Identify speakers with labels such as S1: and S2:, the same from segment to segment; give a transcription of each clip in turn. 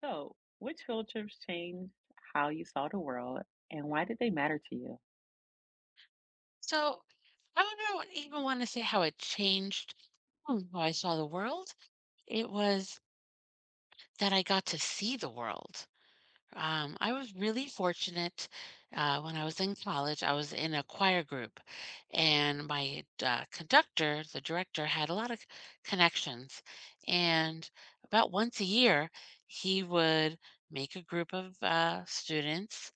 S1: So, which field trips changed how you saw the world and why did they matter to you?
S2: So I don't know- even want to say how it changed how I saw the world. It was that I got to see the world. I was really fortunate when I was in college. I was in a choir group, and my conductor, the director, had a lot of connections. And about once a year, he would make a group of students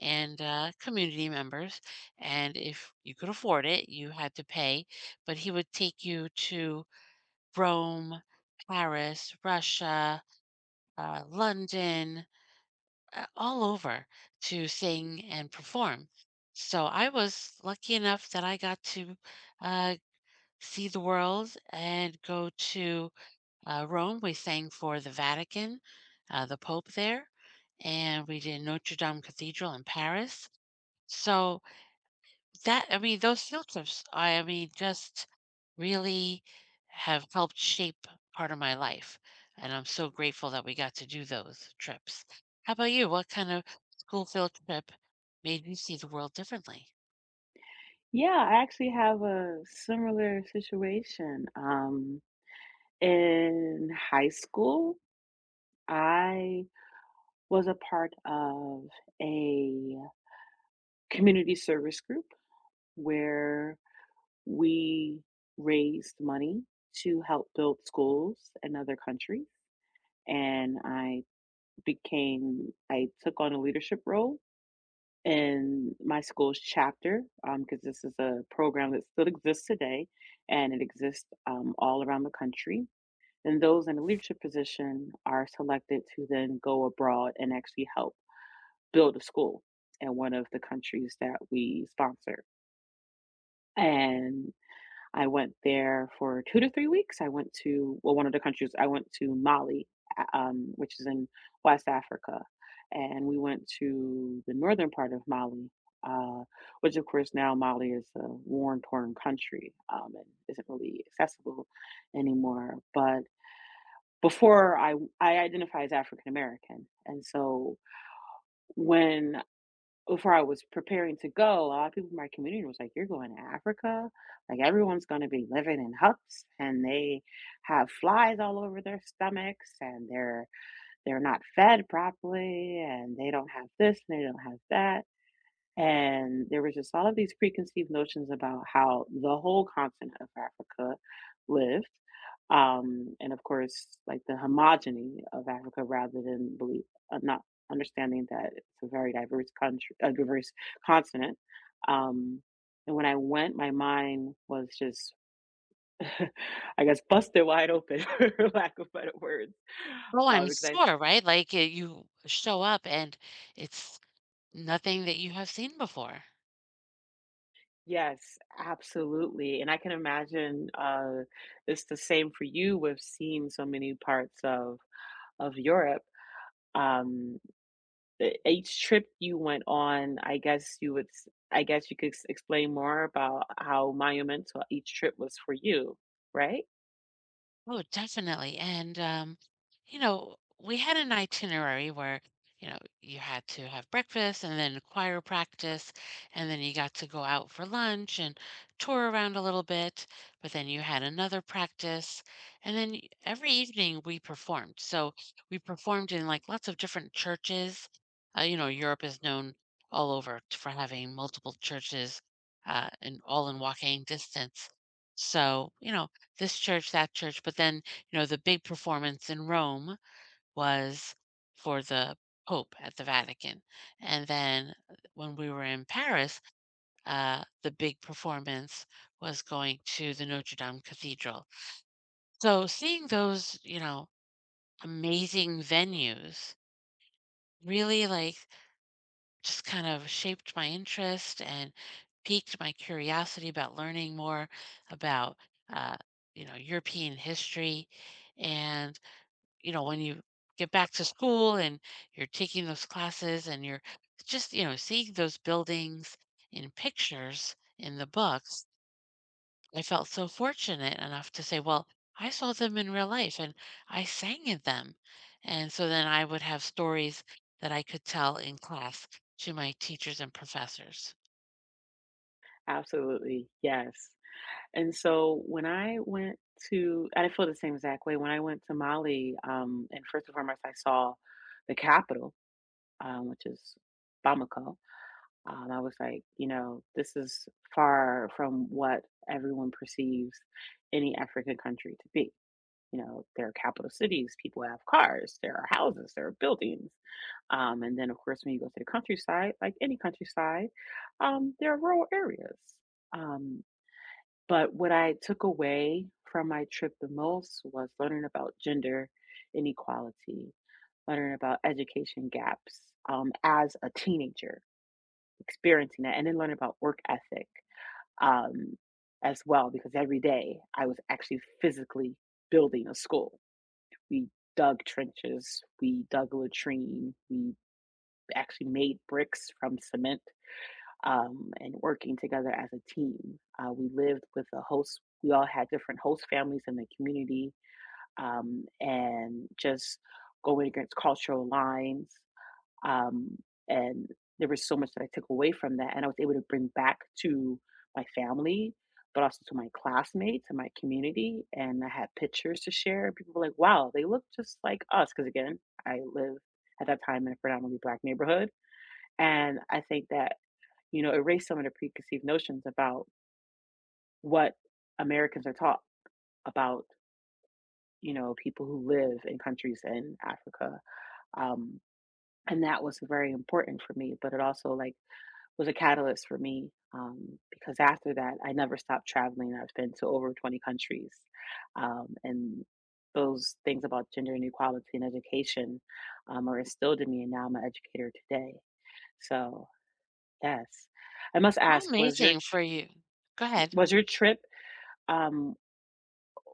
S2: and community members. And if you could afford it, you had to pay. But he would take you to Rome, Paris, Russia, London, all over to sing and perform. So I was lucky enough that I got to uh, see the world and go to Rome. We sang for the Vatican, the Pope there, and we did Notre Dame Cathedral in Paris. So. That, I mean, those field trips, I mean, just really have helped shape part of my life, and I'm so grateful that we got to do those trips. How about you? What kind of school field trip made you see the world differently?
S1: Yeah, I actually have a similar situation. In high school, I was a part of a community service group where we raised money to help build schools in other countries. And I took on a leadership role in my school's chapter because this is a program that still exists today and it exists all around the country. And those in a leadership position are selected to then go abroad and actually help build a school in one of the countries that we sponsor. And I went there for 2 to 3 weeks. I went to one of the countries I went to Mali, a which is in West Africa, and we went to the northern part of Mali, uh, which of course now Mali is a war torn country, and isn't really accessible anymore, but before I identify as African American, and so when before I was preparing to go, a lot of people in my community was like, "You're going to Africa? Like everyone's going to be living in huts, and they have flies all over their stomachs, and they're not fed properly, and they don't have this, and they don't have that." And there was just all of these preconceived notions about how the whole continent of Africa lived. And of course, like the homogeny of Africa rather than believe, not understanding that it's a very diverse country, a diverse continent. Um, and when I went, my mind was just, I guess, busted wide open, for lack of better words,
S2: Oh,
S1: uh,
S2: I'm
S1: because
S2: sure, right? Like, you show up and it's nothing that you have seen before.
S1: Yes, absolutely. And I can imagine it's the same for you with seeing so many parts of Europe. Um, each trip you went on, I guess you could explain more about how monumental each trip was for you, right?
S2: Oh, definitely. And, you know, we had an itinerary where, you had to have breakfast and then choir practice, and then you got to go out for lunch and tour around a little bit, but then you had another practice. And then every evening we performed. So we performed in like lots of different churches. Europe is known all over for having multiple churches and all in walking distance. So, this church, that church, but then, the big performance in Rome was for the Pope at the Vatican. And then when we were in Paris, the big performance was going to the Notre Dame Cathedral. So seeing those, amazing venues really like just kind of shaped my interest and piqued my curiosity about learning more about, uh, European history. And when you get back to school and you're taking those classes and you're just, seeing those buildings in pictures in the books, I felt so fortunate enough to say, well, I saw them in real life and I sang in them. And so then I would have stories that I could tell in class to my teachers and professors.
S1: Absolutely, yes. And so when I went to, and I feel the same exact way. When I went to Mali, and first and foremost, I saw the capital, which is Bamako. I was like, you know, this is far from what everyone perceives any African country to be. You know, there are capital cities, people have cars, there are houses, there are buildings. And then, of course, when you go to the countryside, like any countryside, there are rural areas. Um, but what I took away from my trip the most was learning about gender inequality, learning about education gaps as a teenager experiencing that and then learning about work ethic um, as well because every day I was actually physically building a school. We dug trenches, we dug a latrine, we actually made bricks from cement, and working together as a team, we lived with a host. We all had different host families in the community, and just going against cultural lines. Um, and there was so much that I took away from that, and I was able to bring back to my family, but also to my classmates and my community. And I had pictures to share, and people were like, "Wow, they look just like us." Because again, I lived at that time in a predominantly black neighborhood, and I think that you know erased some of the preconceived notions about what Americans are taught about you know people who live in countries in Africa. Um, and that was very important for me but it also was a catalyst for me because after that, I never stopped traveling. I've been to over 20 countries. And those things about gender inequality and education are instilled in me, and now I'm an educator today. So, yes. I must
S2: How
S1: ask, was your
S2: amazing
S1: tr-
S2: for you. Go ahead.
S1: was your trip um,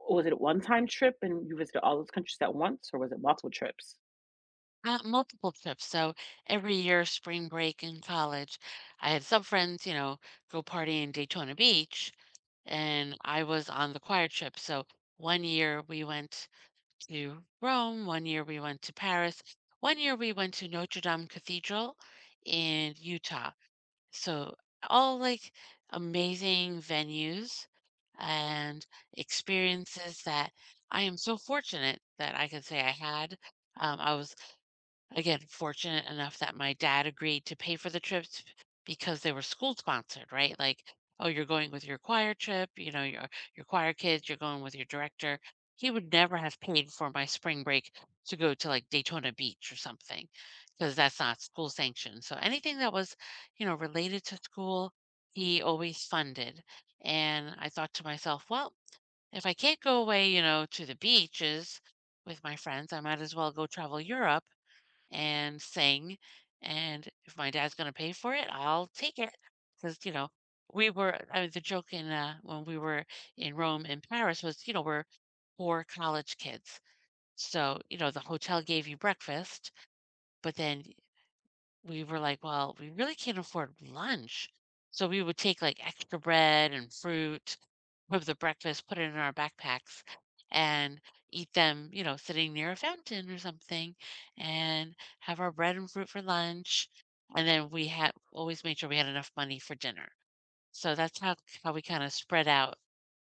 S1: was it a one-time trip and you visited all those countries at once, or was it multiple trips?
S2: Multiple trips. So every year, spring break in college, I had some friends, go party in Daytona Beach, and I was on the choir trip. So one year we went to Rome, one year we went to Paris, one year we went to Notre Dame Cathedral in Utah. So all like amazing venues and experiences that I am so fortunate that I can say I had. I was Again, fortunate enough that my dad agreed to pay for the trips because they were school sponsored, right? Like, oh, you're going with your choir trip, your choir kids, you're going with your director. He would never have paid for my spring break to go to like Daytona Beach or something because that's not school sanctioned. So anything that was, related to school, he always funded. And I thought to myself, well, if I can't go away, to the beaches with my friends, I might as well go travel Europe and sing. And if my dad's going to pay for it, I'll take it. Because, I mean, the joke in when we were in Rome and Paris was, we're poor college kids. So, the hotel gave you breakfast, but then we were like, well, we really can't afford lunch. So we would take like extra bread and fruit with the breakfast, put it in our backpacks and eat them, sitting near a fountain or something and have our bread and fruit for lunch. And then we had always made sure we had enough money for dinner. So that's how we kind of spread out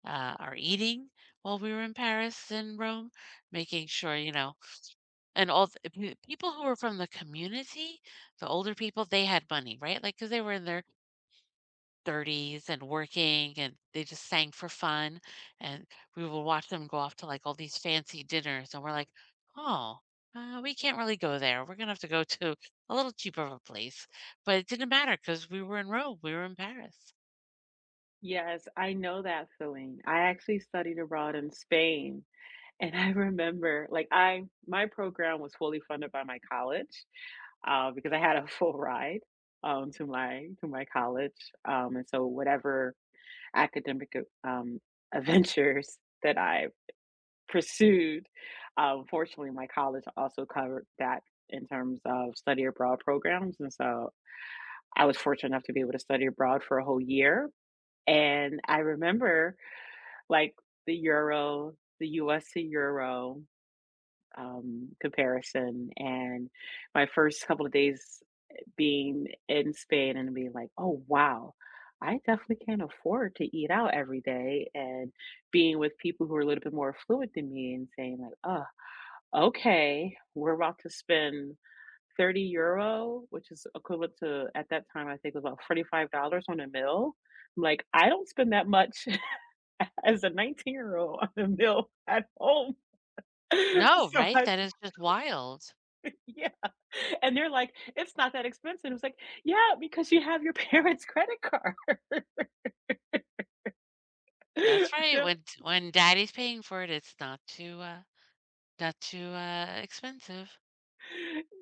S2: our eating while we were in Paris and Rome, making sure, and all the p people who were from the community, the older people, they had money, right? Like because they were in their 30s and working, and they just sang for fun, and we would watch them go off to, like, all these fancy dinners, and we're like, "Oh, we can't really go there. We're gonna have to go to a little cheaper of a place." But it didn't matter because we were in Rome, we were in Paris.
S1: Yes, I know that feeling. I actually studied abroad in Spain. And I remember, like, I my program was fully funded by my college, because I had a full ride, um, to my college, and so whatever academic, um, adventures that I pursued, fortunately, my college also covered that in terms of study abroad programs, and so I was fortunate enough to be able to study abroad for a whole year, and I remember, like, the euro, the US to euro, comparison and my first couple of days being in Spain and being like, oh, wow, I definitely can't afford to eat out every day. And being with people who are a little bit more affluent than me and saying, like, oh, okay, we're about to spend €30, which is equivalent to at that time, I think it was about $45 on a meal. I'm like, I don't spend that much as a 19-year-old on a meal at home.
S2: No,
S1: so
S2: right?
S1: I
S2: That is just wild.
S1: Yeah, and they're like, "It's not that expensive." It's like, "Yeah, because you have your parents' credit card."
S2: That's right. When when daddy's paying for it, it's not too, not too, expensive.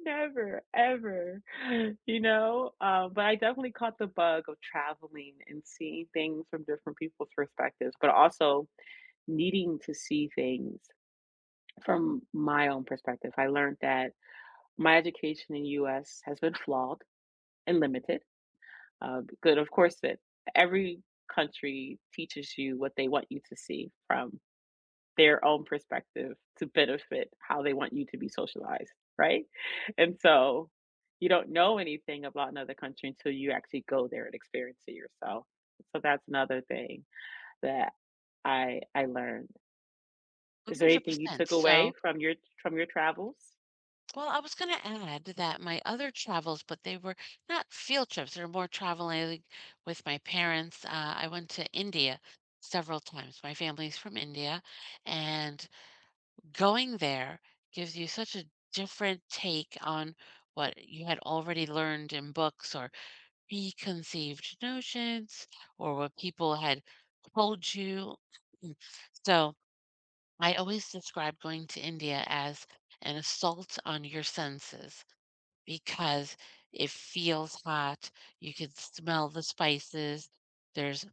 S1: Never, ever, you know? But I definitely caught the bug of traveling and seeing things from different people's perspectives, but also needing to see things from my own perspective. I learned that my education in US has been flawed and limited. But of course, that every country teaches you what they want you to see from their own perspective to benefit how they want you to be socialized, right? And so you don't know anything about another country until you actually go there and experience it yourself. So that's another thing that I learned. Is there anything you
S2: 100%.
S1: took away
S2: So,
S1: from your travels?
S2: well, I was going to add that my other travels, but they were not field trips, they were more traveling with my parents. I went to India several times. My family's from India, and going there gives you such a different take on what you had already learned in books or preconceived notions or what people had told you. So, I always describe going to India as an assault on your senses because it feels hot. You can smell the spices. There's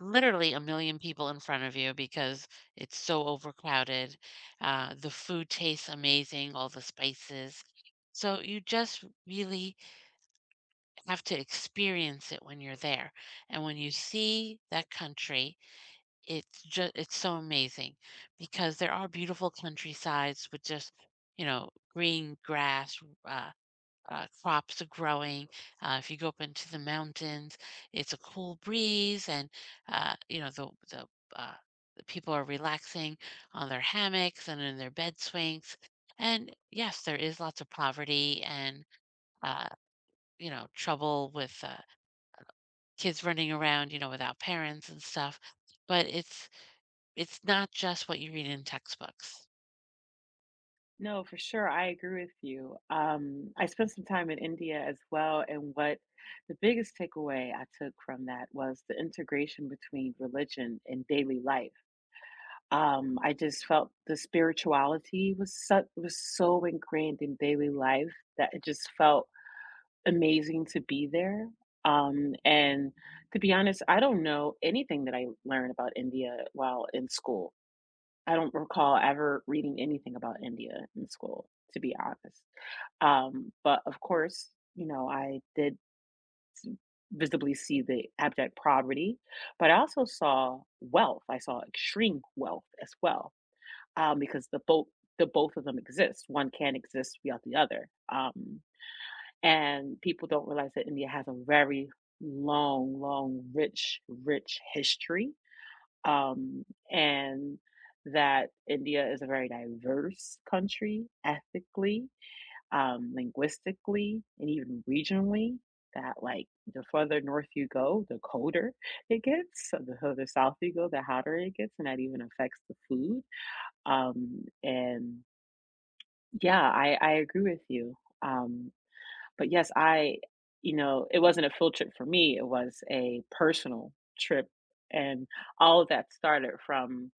S2: literally a million people in front of you because it's so overcrowded. The food tastes amazing, all the spices. So you just really have to experience it when you're there. And when you see that country, it's so amazing because there are beautiful countrysides with just, green grass, uh, crops are growing. If you go up into the mountains, it's a cool breeze, and uh, you know the the, uh, the people are relaxing on their hammocks and in their bed swings. And yes, there is lots of poverty and uh, trouble with kids running around, without parents and stuff. But it's not just what you read in textbooks.
S1: No, for sure. I agree with you. I spent some time in India as well, and what the biggest takeaway I took from that was the integration between religion and daily life. I just felt the spirituality was so ingrained in daily life that it just felt amazing to be there. And to be honest, I don't know anything that I learned about India while in school. I don't recall ever reading anything about India in school, to be honest. But of course, you know, I did visibly see the abject poverty, but I also saw wealth. I saw extreme wealth as well, because the both of them exist. One can't exist without the other. And people don't realize that India has a very long, long, rich, rich history, um, and that India is a very diverse country ethically, linguistically, and even regionally. That like the further north you go, the colder it gets. So the further south you go, the hotter it gets, and that even affects the food, and yeah, I agree with you. Um, but yes, I you know, it wasn't a field trip for me, it was a personal trip, and all of that started from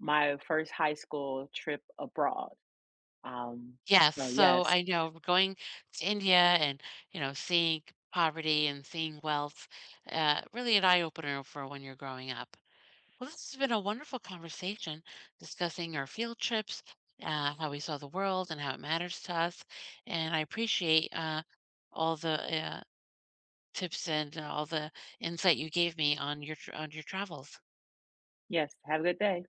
S1: my first high school trip abroad. Um,
S2: Yes,
S1: so yes.
S2: so I know going to India and, seeing poverty and seeing wealth, really an eye opener for when you're growing up. Well, this has been a wonderful conversation discussing our field trips, how we saw the world and how it matters to us. And I appreciate all the tips and all the insight you gave me on your travels.
S1: Yes, have a good day.